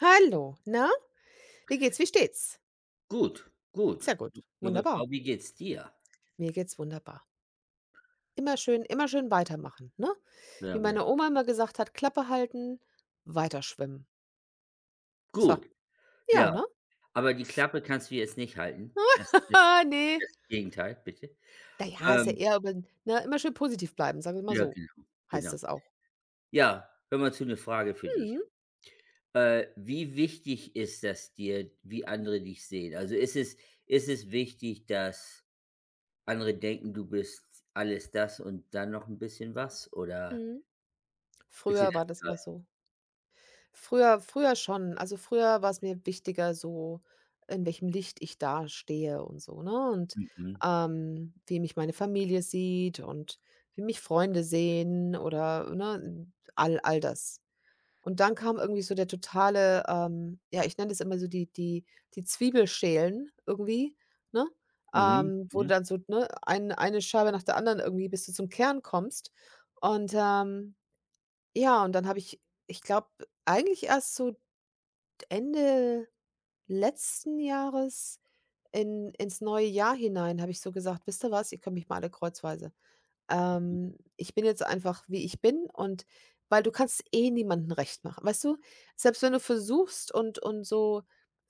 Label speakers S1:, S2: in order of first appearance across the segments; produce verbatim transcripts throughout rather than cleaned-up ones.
S1: Hallo, na, wie geht's? Wie steht's?
S2: Gut, gut.
S1: Sehr gut,
S2: Junge
S1: wunderbar.
S2: Frau, wie geht's dir?
S1: Mir geht's wunderbar. Immer schön immer schön weitermachen, ne? Wie
S2: Ja,
S1: meine
S2: genau.
S1: Oma immer gesagt hat: „Klappe halten, weiter schwimmen.“ So,
S2: Gut,
S1: ja,
S2: ja.
S1: ne?
S2: Aber die Klappe kannst du jetzt nicht halten. Das das
S1: Ne.
S2: das Gegenteil, bitte.
S1: Na ja, ist ja
S2: Ähm,
S1: eher über ne, immer schön positiv bleiben, sagen wir mal
S2: ja,
S1: so,
S2: genau,
S1: heißt
S2: genau.
S1: das auch.
S2: Ja, hör mal zu, 'ne Frage für dich.
S1: Mhm,
S2: Äh, wie wichtig ist das dir, wie andere dich sehen? Also, ist es ist es wichtig, dass andere denken, du bist alles das und dann noch ein bisschen was, oder
S1: mhm.
S2: ist dir
S1: Früher
S2: das
S1: war das mal
S2: egal?
S1: so. Früher früher schon. Also, früher war es mir wichtiger so, in welchem Licht ich dastehe und so, ne? Und,
S2: Mhm.
S1: ähm, wie mich meine Familie sieht und wie mich Freunde sehen oder, ne, all all das. Und dann kam irgendwie so der totale, ähm ja, ich nenne das immer so die die die Zwiebelschälen irgendwie, ne?
S2: Mhm.
S1: Ähm, wo du
S2: Mhm.
S1: dann so, ne, ein eine Scheibe nach der anderen irgendwie bis du zum Kern kommst. Und, ähm, ja, und dann habe ich ich glaube, eigentlich erst so Ende letzten Jahres in ins neue Jahr hinein habe ich so gesagt: „Wisst ihr was? Ihr könnt mich mal alle kreuzweise. Ähm, ich bin jetzt einfach, wie ich bin und“ weil du kannst eh niemandem recht machen. Weißt du, selbst wenn du versuchst und und so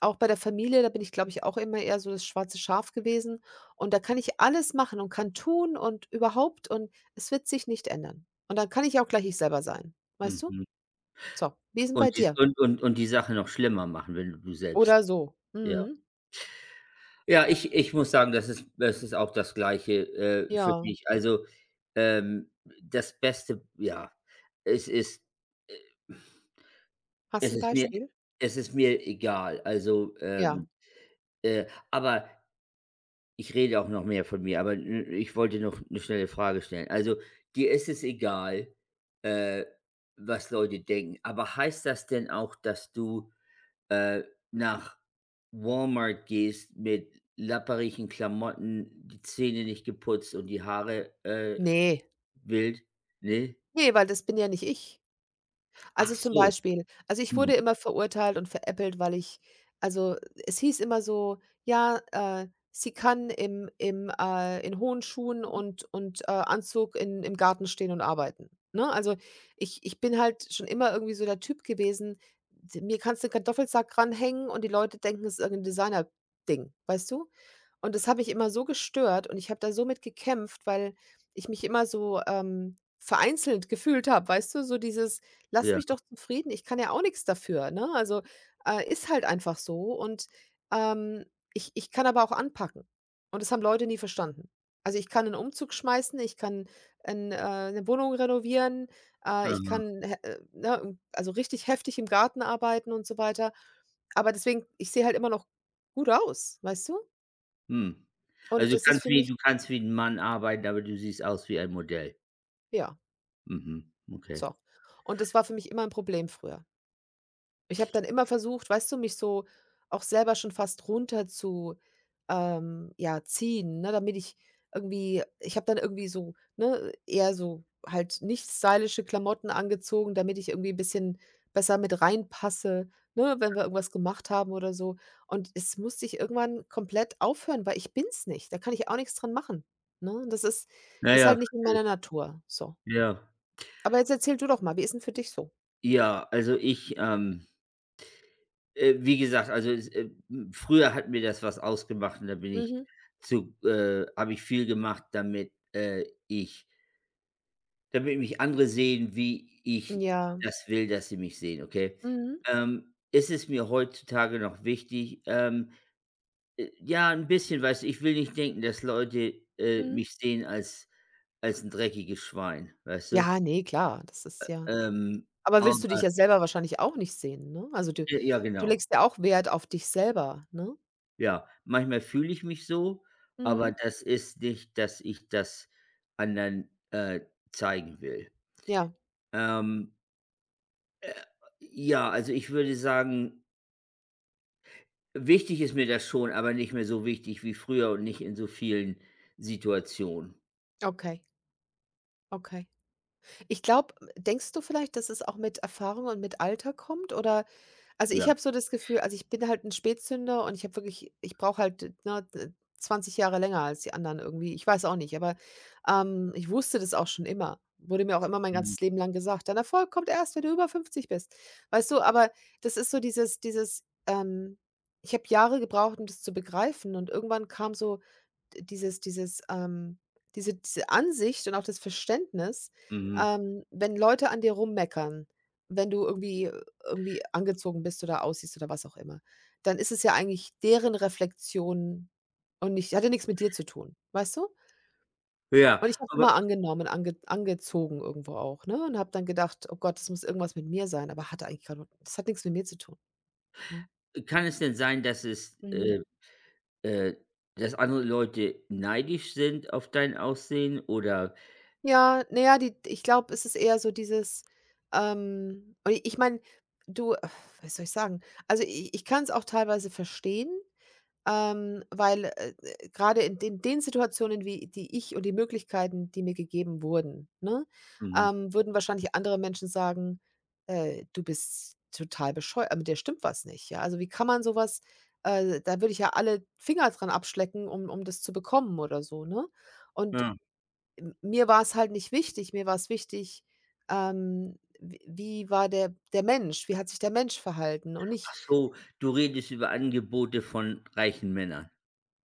S1: auch bei der Familie, da bin ich, glaube ich, auch immer eher so das schwarze Schaf gewesen und da kann ich alles machen und kann tun und überhaupt und es wird sich nicht ändern. Und dann kann ich auch gleich ich selber sein,
S2: Mhm.
S1: weißt du?
S2: Mhm.
S1: So, wie ist 'n bei
S2: Und die
S1: dir?
S2: und und und die Sache noch schlimmer machen, wenn du du selbst
S1: Oder so.
S2: ja.
S1: Mhm.
S2: Ja, ich ich muss sagen, das ist das ist auch das Gleiche, äh, für
S1: Ja.
S2: mich. Also, ähm, das Beste ja, es ist, äh
S1: Hast
S2: es
S1: du 'n
S2: ist mir
S1: Beispiel?
S2: es ist mir egal. Also, ähm,
S1: Ja.
S2: äh, aber ich rede auch noch mehr von mir, aber n ich wollte noch eine schnelle Frage stellen. Also, dir ist es egal, äh, was Leute denken, aber heißt das denn auch, dass du äh, nach Walmart gehst mit lapperigen Klamotten, die Zähne nicht geputzt und die Haare, äh,
S1: Ne,
S2: wild, ne?
S1: ne, weil das bin ja nicht ich.
S2: Ach
S1: Also, zum
S2: so.
S1: Beispiel also, ich
S2: Mhm.
S1: wurde immer verurteilt und veräppelt, weil ich also, es hieß immer so: „Ja, äh, sie kann im im, äh in hohen Schuhen und und, äh, Anzug in im Garten stehen und arbeiten“, ne? Also, ich ich bin halt schon immer irgendwie so der Typ gewesen, d mir kannst du 'n Kartoffelsack ranhängen und die Leute denken, es ist irgendein Designer Ding, weißt du? Und das habe ich immer so gestört und ich habe da so mit gekämpft, weil ich mich immer so, ähm, vereinzelt gefühlt habe, weißt du? So dieses Lasst
S2: Ja.
S1: mich doch zufrieden, ich kann ja auch nichts dafür, ne? Also, äh, ist halt einfach so und, ähm, ich ich kann aber auch anpacken und das haben Leute nie verstanden. Also, ich kann einen Umzug schmeißen, ich kann 'n äh, 'ne Wohnung renovieren, äh, ich
S2: Mhm.
S1: kann, hä äh, ne, also richtig heftig im Garten arbeiten und so weiter. Aber deswegen ich sehe halt immer noch gut aus, weißt du?
S2: Mhm.
S1: Und
S2: Also, du
S1: das ist
S2: kannst
S1: für
S2: wie
S1: mich
S2: du kannst wie 'n Mann arbeiten, aber du siehst aus wie ein Modell.
S1: ja,
S2: Mhm, okay.
S1: so. Und das war für mich immer ein Problem früher. Ich habe dann immer versucht, weißt du, mich so auch selber schon fast runter zu, ähm, ja, ziehen, ne, damit ich irgendwie ich habe dann irgendwie so, ne, eher so halt nicht stylische Klamotten angezogen, damit ich irgendwie 'n bisschen besser mit reinpasse, ne, wenn wir irgendwas gemacht haben oder so. Und es musste ich irgendwann komplett aufhören, weil ich bin's nicht. Da kann ich auch nichts dran machen, ne? Das ist
S2: Ja,
S1: ist
S2: ja,
S1: halt nicht in meiner Natur, so.
S2: ja.
S1: Aber jetzt erzähl du doch mal, wie ist denn für dich so?
S2: Ja, also ich, ähm, äh, wie gesagt, also es, äh, m früher hat mir das was ausgemacht, und da bin ich
S1: Mhm.
S2: zu äh, habe ich viel gemacht, damit, äh, ich damit mich andere sehen, wie ich
S1: Ja.
S2: das will, dass sie mich sehen, okay?
S1: Mhm.
S2: Ähm, ist es mir heutzutage noch wichtig? Ähm, äh, ja, ein bisschen, weißt du? Ich will nicht denken, dass Leute, äh,
S1: Mhm.
S2: mich sehen als als ein dreckiges Schwein, weißt du?
S1: Ja, ne, klar, das ist ja
S2: Ähm,
S1: aber willst du dich
S2: aber
S1: ja selber wahrscheinlich auch nicht sehen, ne? Also, du
S2: j ja,
S1: du
S2: genau.
S1: legst ja auch Wert auf dich selber, ne?
S2: Ja, manchmal fühle ich mich so, aber
S1: Mhm.
S2: das ist nicht, dass ich das anderen, äh, zeigen will.
S1: Ja,
S2: Ähm, äh, ja, also, ich würde sagen, wichtig ist mir das schon, aber nicht mehr so wichtig wie früher und nicht in so vielen Situationen.
S1: okay, okay. Ich glaube denkst du vielleicht, dass es auch mit Erfahrung und mit Alter kommt oder Also,
S2: Ja.
S1: ich habe so das Gefühl also, ich bin halt 'n Spätzünder und ich habe wirklich ich brauche halt, äh, ne, d zwanzig Jahre länger als die anderen irgendwie. Ich weiß auch nicht, aber, ähm, ich wusste das auch schon immer. Wurde mir auch immer mein
S2: Mhm.
S1: ganzes Leben lang gesagt: „Dein Erfolg kommt erst, wenn du über fünfzig bist.“ Weißt du, aber das ist so dieses dieses, ähm ich habe Jahre gebraucht, um das zu begreifen und irgendwann kam so d dieses dieses, ähm diese diese Ansicht und auch das Verständnis,
S2: Mhm.
S1: ähm, wenn Leute an dir rummeckern, wenn du irgendwie irgendwie angezogen bist oder aussiehst oder was auch immer. Dann ist es ja eigentlich deren Reflexion und nicht hat ja nix mit dir zu tun, weißt du?
S2: Ja,
S1: Und ich habe es immer
S2: aber
S1: angenommen, ange angezogen irgendwo auch, ne? Und habe dann gedacht: „Oh Gott, das muss irgendwas mit mir sein“, aber hatte eigentlich gar das hat nix mit mir zu tun, ne?
S2: kann es denn sein, dass es,
S1: Mhm.
S2: äh, äh dass andere Leute neidisch sind auf dein Aussehen oder
S1: Ja, na ja, die ich glaube, es ist eher so dieses, ähm und ich meine, du, äh, was soll ich sagen? Also, i ich kann's auch teilweise verstehen. Ähm, weil, äh, äh, grade in den den Situationen, wie die ich und die Möglichkeiten, die mir gegeben wurden, ne,
S2: mhm.
S1: ähm, würden wahrscheinlich andere Menschen sagen: „Äh, du bist total bescheuert, mit dir stimmt was nicht, ja. Also, wie kann man sowas? Äh, da würde ich ja alle Finger dran abschlecken, um um das zu bekommen oder so“, ne? Und
S2: Ja.
S1: m mir war es halt nicht wichtig. Mir war es wichtig, ähm, w wie war der der Mensch? Wie hat sich der Mensch verhalten? Und nicht,
S2: Ach so, du redest über Angebote von reichen Männern.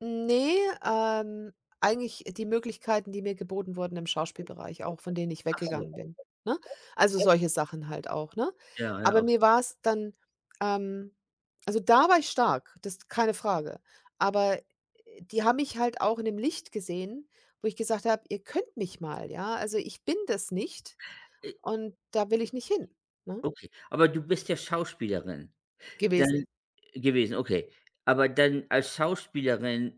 S1: Ne, ähm, eigentlich die Möglichkeiten, die mir geboten wurden im Schauspielbereich auch, von denen ich
S2: Ach so,
S1: weggegangen bin, ne? Also, solche Sachen halt auch, ne?
S2: ja, ja,
S1: Aber
S2: okay.
S1: mir war es dann, ähm also, da war ich stark, das ist keine Frage. Aber, äh, die haben mich halt auch in dem Licht gesehen, wo ich gesagt habe: „Ihr könnt mich mal, ja? Also, ich bin das nicht
S2: Äh,
S1: und da will ich nicht hin“, ne,
S2: okay. Aber du bist ja Schauspielerin dann
S1: gewesen.
S2: äh, gewesen, okay. Aber dann als Schauspielerin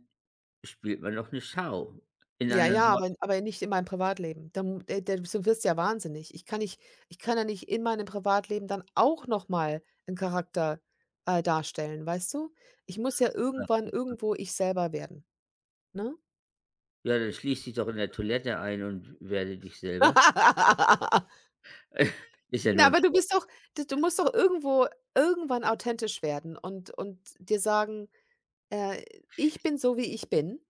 S2: spielt man noch 'ne Schau. In
S1: Ja,
S2: anderen,
S1: ja,
S2: mhm,
S1: aber
S2: Worten,
S1: aber nicht in meinem Privatleben. Dann äh, dann du wirst ja wahnsinnig. Ich kann nicht ich kann ja nicht in meinem Privatleben dann auch noch mal 'n Charakter, äh, darstellen, weißt du? Ich muss ja irgendwann irgendwo ich selber werden, ne?
S2: ja, dann schließ dich doch in der Toilette ein und werde dich selber. Ist ja
S1: Na,
S2: nur 'n
S1: aber du bist
S2: Scherz.
S1: doch d du musst doch irgendwo irgendwann authentisch werden und und dir sagen: „Äh, ich bin so, wie ich bin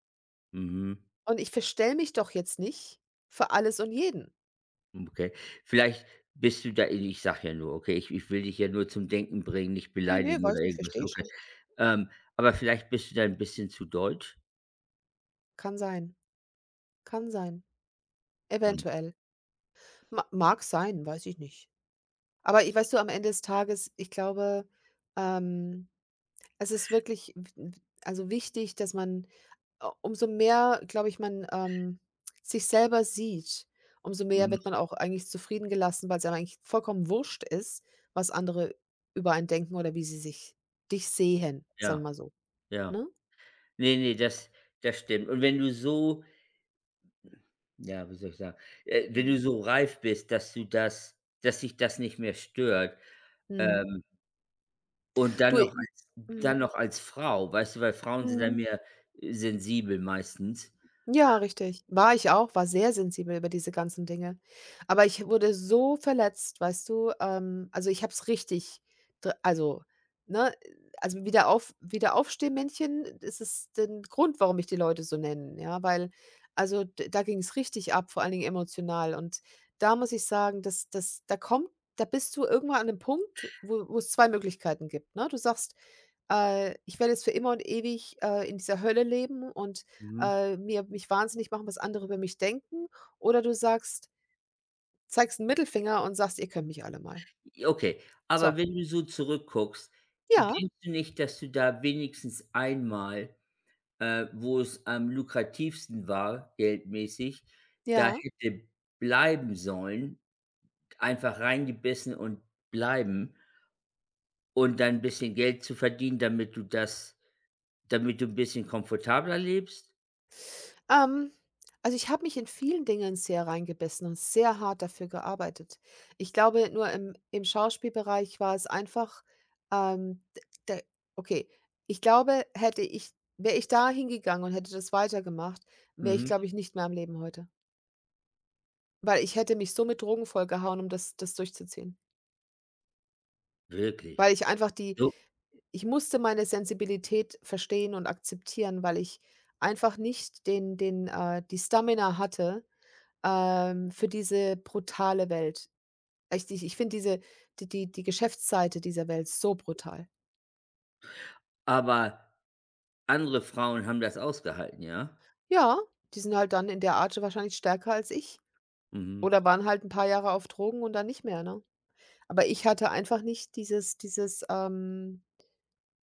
S2: Mhm,
S1: und ich verstell mich doch jetzt nicht für alles und jeden.“
S2: okay. Vielleicht bist du da i ich sage ja nur, okay, ich ich will dich ja nur zum Denken bringen, nicht
S1: Ne, ne,
S2: beleidigen oder
S1: weiß nicht,
S2: irgendwas,
S1: verstehe
S2: okay.
S1: schon.
S2: Ähm, aber vielleicht bist du da 'n bisschen zu deutsch?
S1: Kann sein. Kann sein.
S2: Hm,
S1: Eventuell. Ma Mag sein, weiß ich nicht. Aber i weißt du, am Ende des Tages, ich glaube, ähm, es ist wirklich w w also wichtig, dass man u umso mehr, glaube ich, man, ähm, sich selber sieht, umso mehr
S2: mhm,
S1: wird man auch eigentlich zufrieden gelassen, weil's einem eigentlich vollkommen wurscht ist, was andere über einen denken oder wie sie sich dich sehen, sagen wir
S2: ja,
S1: mal so,
S2: ja.
S1: ne?
S2: Ne, ne, das das stimmt. Und wenn du so ja, wie soll ich sagen, äh, wenn du
S1: Mhm.
S2: so reif bist, dass du das dass dich das nicht mehr stört,
S1: Mhm.
S2: ähm, und dann
S1: Du, i
S2: noch als dann
S1: mhm.
S2: noch als Frau, weißt du, weil Frauen sind da, mhm,
S1: Mhm.
S2: mehr, äh, sensibel meistens.
S1: Ja, richtig. War ich auch, war sehr sensibel über diese ganzen Dinge. Aber ich wurde so verletzt, weißt du? Ähm, also ich habe es richtig, dr- also, ne, also wieder auf, wieder Aufstehmännchen, das ist der Grund, warum ich die Leute so nennen, ja, weil, also d- da ging es richtig ab, vor allen Dingen emotional. Und da muss ich sagen, dass, dass, da kommt, da bist du irgendwann an einem Punkt, wo, wo es zwei Möglichkeiten gibt, ne? Du sagst, äh, ich werde jetzt für immer und ewig äh, in dieser Hölle leben und
S2: Mhm.
S1: äh, mir mich wahnsinnig machen, was andere über mich denken, oder du sagst zeigst 'n Mittelfinger und sagst: „Ihr könnt mich alle mal.“
S2: Okay, aber
S1: So.
S2: wenn du so zurückguckst,
S1: Ja,
S2: denkst du nicht, dass du da wenigstens einmal, äh, wo es am lukrativsten war, geldmäßig, da
S1: ja.
S2: hätte bleiben sollen, einfach reingebissen und bleiben und dann 'n bisschen Geld zu verdienen, damit du das damit du ein bisschen komfortabler lebst?
S1: Ähm, also, ich habe mich in vielen Dingen sehr reingebissen und sehr hart dafür gearbeitet. Ich glaube, nur im im Schauspielbereich war es einfach, ähm, d d okay, ich glaube, hätte ich wäre ich da hingegangen und hätte das weitergemacht, wäre ich,
S2: Mhm.
S1: glaube ich, nicht mehr am Leben heute, weil ich hätte mich so mit Drogen vollgehauen, um das das durchzuziehen,
S2: Wirklich.
S1: weil ich einfach die
S2: So,
S1: Ich musste meine Sensibilität verstehen und akzeptieren, weil ich einfach nicht den den, äh die Stamina hatte, ähm, für diese brutale Welt. Echt, ich ich finde diese die die die Geschäftsseite dieser Welt so brutal.
S2: aber andere Frauen haben das ausgehalten, ja?
S1: Ja, die sind halt dann in der Art wahrscheinlich stärker als ich
S2: Mhm.
S1: oder waren halt ein paar Jahre auf Drogen und dann nicht mehr, ne? Aber ich hatte einfach nicht dieses dieses, ähm,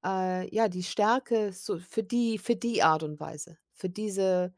S1: äh ja, die Stärke so für die für die Art und Weise, für diese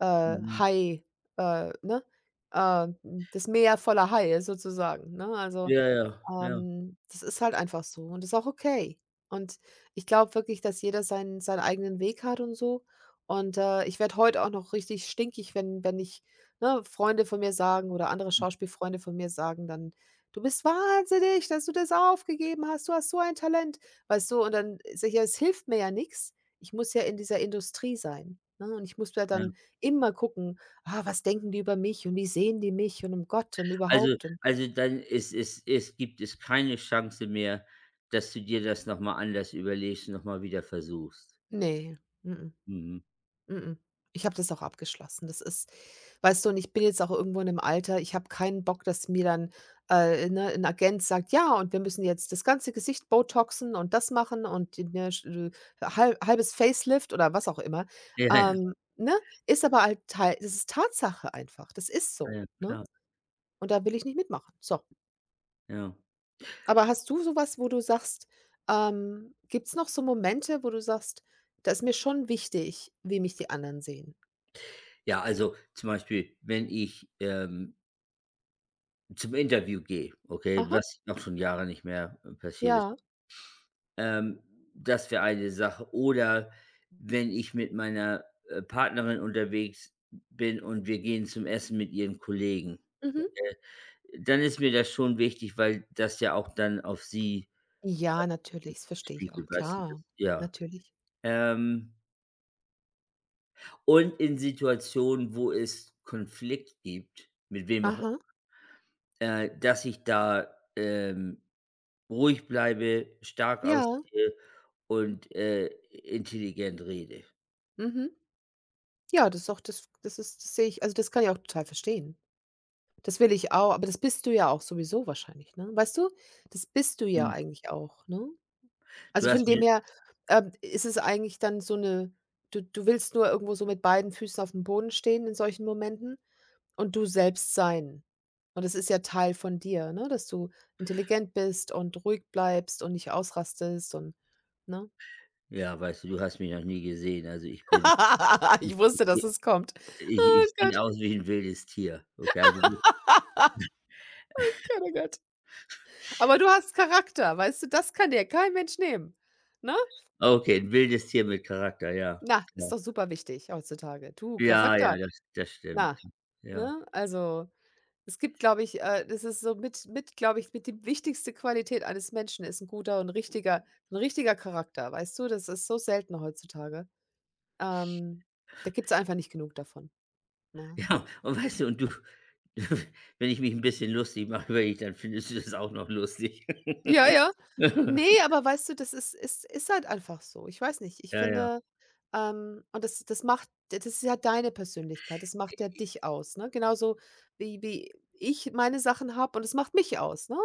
S1: äh,
S2: Mhm.
S1: Hai äh, ne? Äh, Das Meer voller Haie sozusagen, ne? Also,
S2: Ja, ja, ja,
S1: ähm, das ist halt einfach so und ist auch okay. Und ich glaube wirklich, dass jeder seinen seinen eigenen Weg hat und so. Und, äh, ich werde heute auch noch richtig stinkig, wenn wenn ich ne, Freunde von mir sagen oder andere Schauspielfreunde von mir sagen dann: „Du bist wahnsinnig, dass du das aufgegeben hast. Du hast so ein Talent“, weißt du? Und dann sicher, es hilft mir ja nichts. Ich muss ja in dieser Industrie sein, ne? Und ich muss ja
S2: ja.
S1: dann immer gucken: „Ah, was denken die über mich und wie sehen die mich und um Gott und
S2: Also
S1: überhaupt und“
S2: also dann es es es gibt es keine Chance mehr, dass du dir das noch mal anders überlegst und noch mal wieder versuchst.
S1: nee. Mm-mm.
S2: Mhm.
S1: Mm. Ich habe das auch abgeschlossen. Das ist weißt du, und ich bin jetzt auch irgendwo in 'nem Alter, ich habe keinen Bock, dass mir dann, äh, ne, 'n Agent sagt: „Ja, und wir müssen jetzt das ganze Gesicht botoxen und das machen und, die- ne, sch äh, halbes Facelift“ oder was auch immer.
S2: Ja, ja,
S1: Ähm, ne? Ist aber halt Teil das ist Tatsache einfach. Das ist
S2: ja,
S1: so,
S2: ja,
S1: ne?
S2: klar,
S1: Und da will ich nicht mitmachen. So.
S2: ja.
S1: Aber hast du so was, wo du sagst ähm, gibt's noch so Momente, wo du sagst: das ist mir schon wichtig, wie mich die anderen sehen?“
S2: Ja, also zum Beispiel, wenn ich, ähm, zum Interview gehe, okay,
S1: Aha,
S2: was auch schon Jahre nicht mehr äh, passiert ist.
S1: ja.
S2: Ähm, das wäre eine Sache. Oder wenn ich mit meiner, äh, Partnerin unterwegs bin und wir gehen zum Essen mit ihren Kollegen,
S1: Mhm.
S2: äh, dann ist mir das schon wichtig, weil das ja auch dann auf sie
S1: Ja, natürlich, das verstehe ich auch.
S2: spiegelt, weißt du, das
S1: Klar,
S2: ja.
S1: natürlich.
S2: Ähm, und in Situationen, wo es Konflikt gibt, mit wem auch
S1: Aha,
S2: äh, dass ich da, ähm, ruhig bleibe, stark
S1: ja,
S2: aussehe und, äh, intelligent rede.
S1: mhm. Ja, das ist auch das das ist das sehe ich also, das kann ich auch total verstehen. Das will ich auch, aber das bist du ja auch sowieso wahrscheinlich, ne? Weißt du, das bist du ja
S2: Hm,
S1: eigentlich auch, ne?
S2: du
S1: Also,
S2: hast
S1: von dem
S2: mir
S1: her, ähm, ist es eigentlich dann so eine. du du willst nur irgendwo so mit beiden Füßen auf dem Boden stehen in solchen Momenten und du selbst sein. Und das ist ja Teil von dir, ne, dass du intelligent bist und ruhig bleibst und nicht ausrastest und ne?
S2: ja, weißt du, du hast mich noch nie gesehen. Also, ich bin ich
S1: Ich
S2: ich
S1: wusste, dass
S2: sehe
S1: es kommt.
S2: ich
S1: Oh
S2: ich
S1: Gott,
S2: sehe aus wie ein wildes Tier. Okay, also wi
S1: oh Gott, oh Gott. Aber du hast Charakter, weißt du, das kann dir kein Mensch nehmen, ne?
S2: okay, ein wildes Tier mit Charakter, ja,
S1: Na, ist
S2: klar.
S1: doch super wichtig heutzutage. Du,
S2: Ja,
S1: Charakter,
S2: ja, das das stimmt.
S1: na,
S2: Ja.
S1: ne? Also Es gibt, glaube ich äh, das ist so mit mit glaube ich, mit die wichtigste Qualität eines Menschen ist ein guter und richtiger ein richtiger Charakter, weißt du? Das ist so selten heutzutage. Ähm, da gibt es einfach nicht genug davon, ne?
S2: Ja, und weißt du, und du wenn ich mich ein bisschen lustig mache über dich, dann findest du das auch noch lustig.
S1: Ja, ja. Ne, aber weißt du, das ist ist ist halt einfach so. Ich weiß nicht, ich
S2: Ja, ja.
S1: finde, ähm und das das macht das ist ja deine Persönlichkeit, das macht ja dich aus, ne? Genauso wie wie ich meine Sachen habe und es macht mich aus, ne?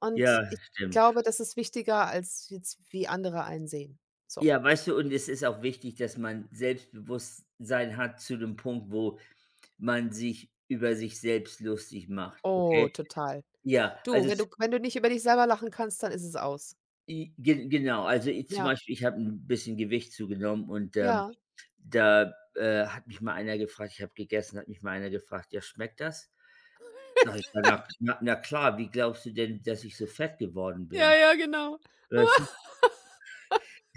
S1: Und
S2: Ja,
S1: ich
S2: stimmt.
S1: glaube, das ist wichtiger als jetzt, wie andere einen sehen. So.
S2: Ja, weißt du, und es ist auch wichtig, dass man Selbstbewusstsein hat zu dem Punkt, wo man sich über sich selbst lustig macht,
S1: Oh,
S2: okay?
S1: total.
S2: Ja,
S1: Du,
S2: also
S1: wenn du
S2: z
S1: wenn du nicht über dich selber lachen kannst, dann ist es aus.
S2: i ge genau. Also, i zum
S1: Ja,
S2: Beispiel, ich habe ein bisschen Gewicht zugenommen und, ähm,
S1: ja.
S2: da, äh, hat mich mal einer gefragt ich habe gegessen, hat mich mal einer gefragt: „Ja, schmeckt das?“ Sag ich: „Ja, na na na klar, wie glaubst du denn, dass ich so fett geworden
S1: Ja,
S2: bin?“
S1: ja, genau.
S2: Weißt du?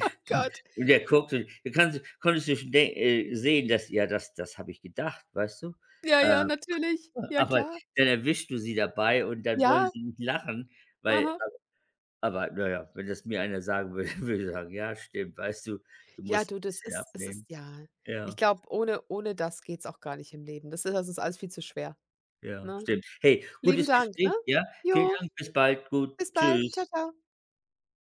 S1: Oh Gott.
S2: Und der guckt, und du kannst konntest du schon de äh, sehen, dass ja, das das habe ich gedacht, weißt du?
S1: Ja, ja,
S2: Ähm,
S1: natürlich. Ja,
S2: aber
S1: klar.
S2: dann erwischst du sie dabei und dann wollen
S1: Ja.
S2: sie nicht lachen, weil
S1: Aha.
S2: aber naja, wenn das mir einer sagen würde, würde ich sagen: „Ja, stimmt, weißt du, du
S1: Ja,
S2: musst
S1: du,
S2: ein
S1: das
S2: bisschen
S1: ist es
S2: abnehmen.“
S1: ist ja. Ich
S2: Ja,
S1: glaube, ohne ohne das geht's auch gar nicht im Leben. Das ist das ist alles viel zu schwer,
S2: ja,
S1: ne?
S2: stimmt. Hey,
S1: Lieben
S2: gutes
S1: Dank, ne?
S2: Gespräch, ja? Vielen
S1: Jo,
S2: Dank, bis bald. Gut,
S1: bis bald. Ciao,
S2: tschüss.
S1: ciao.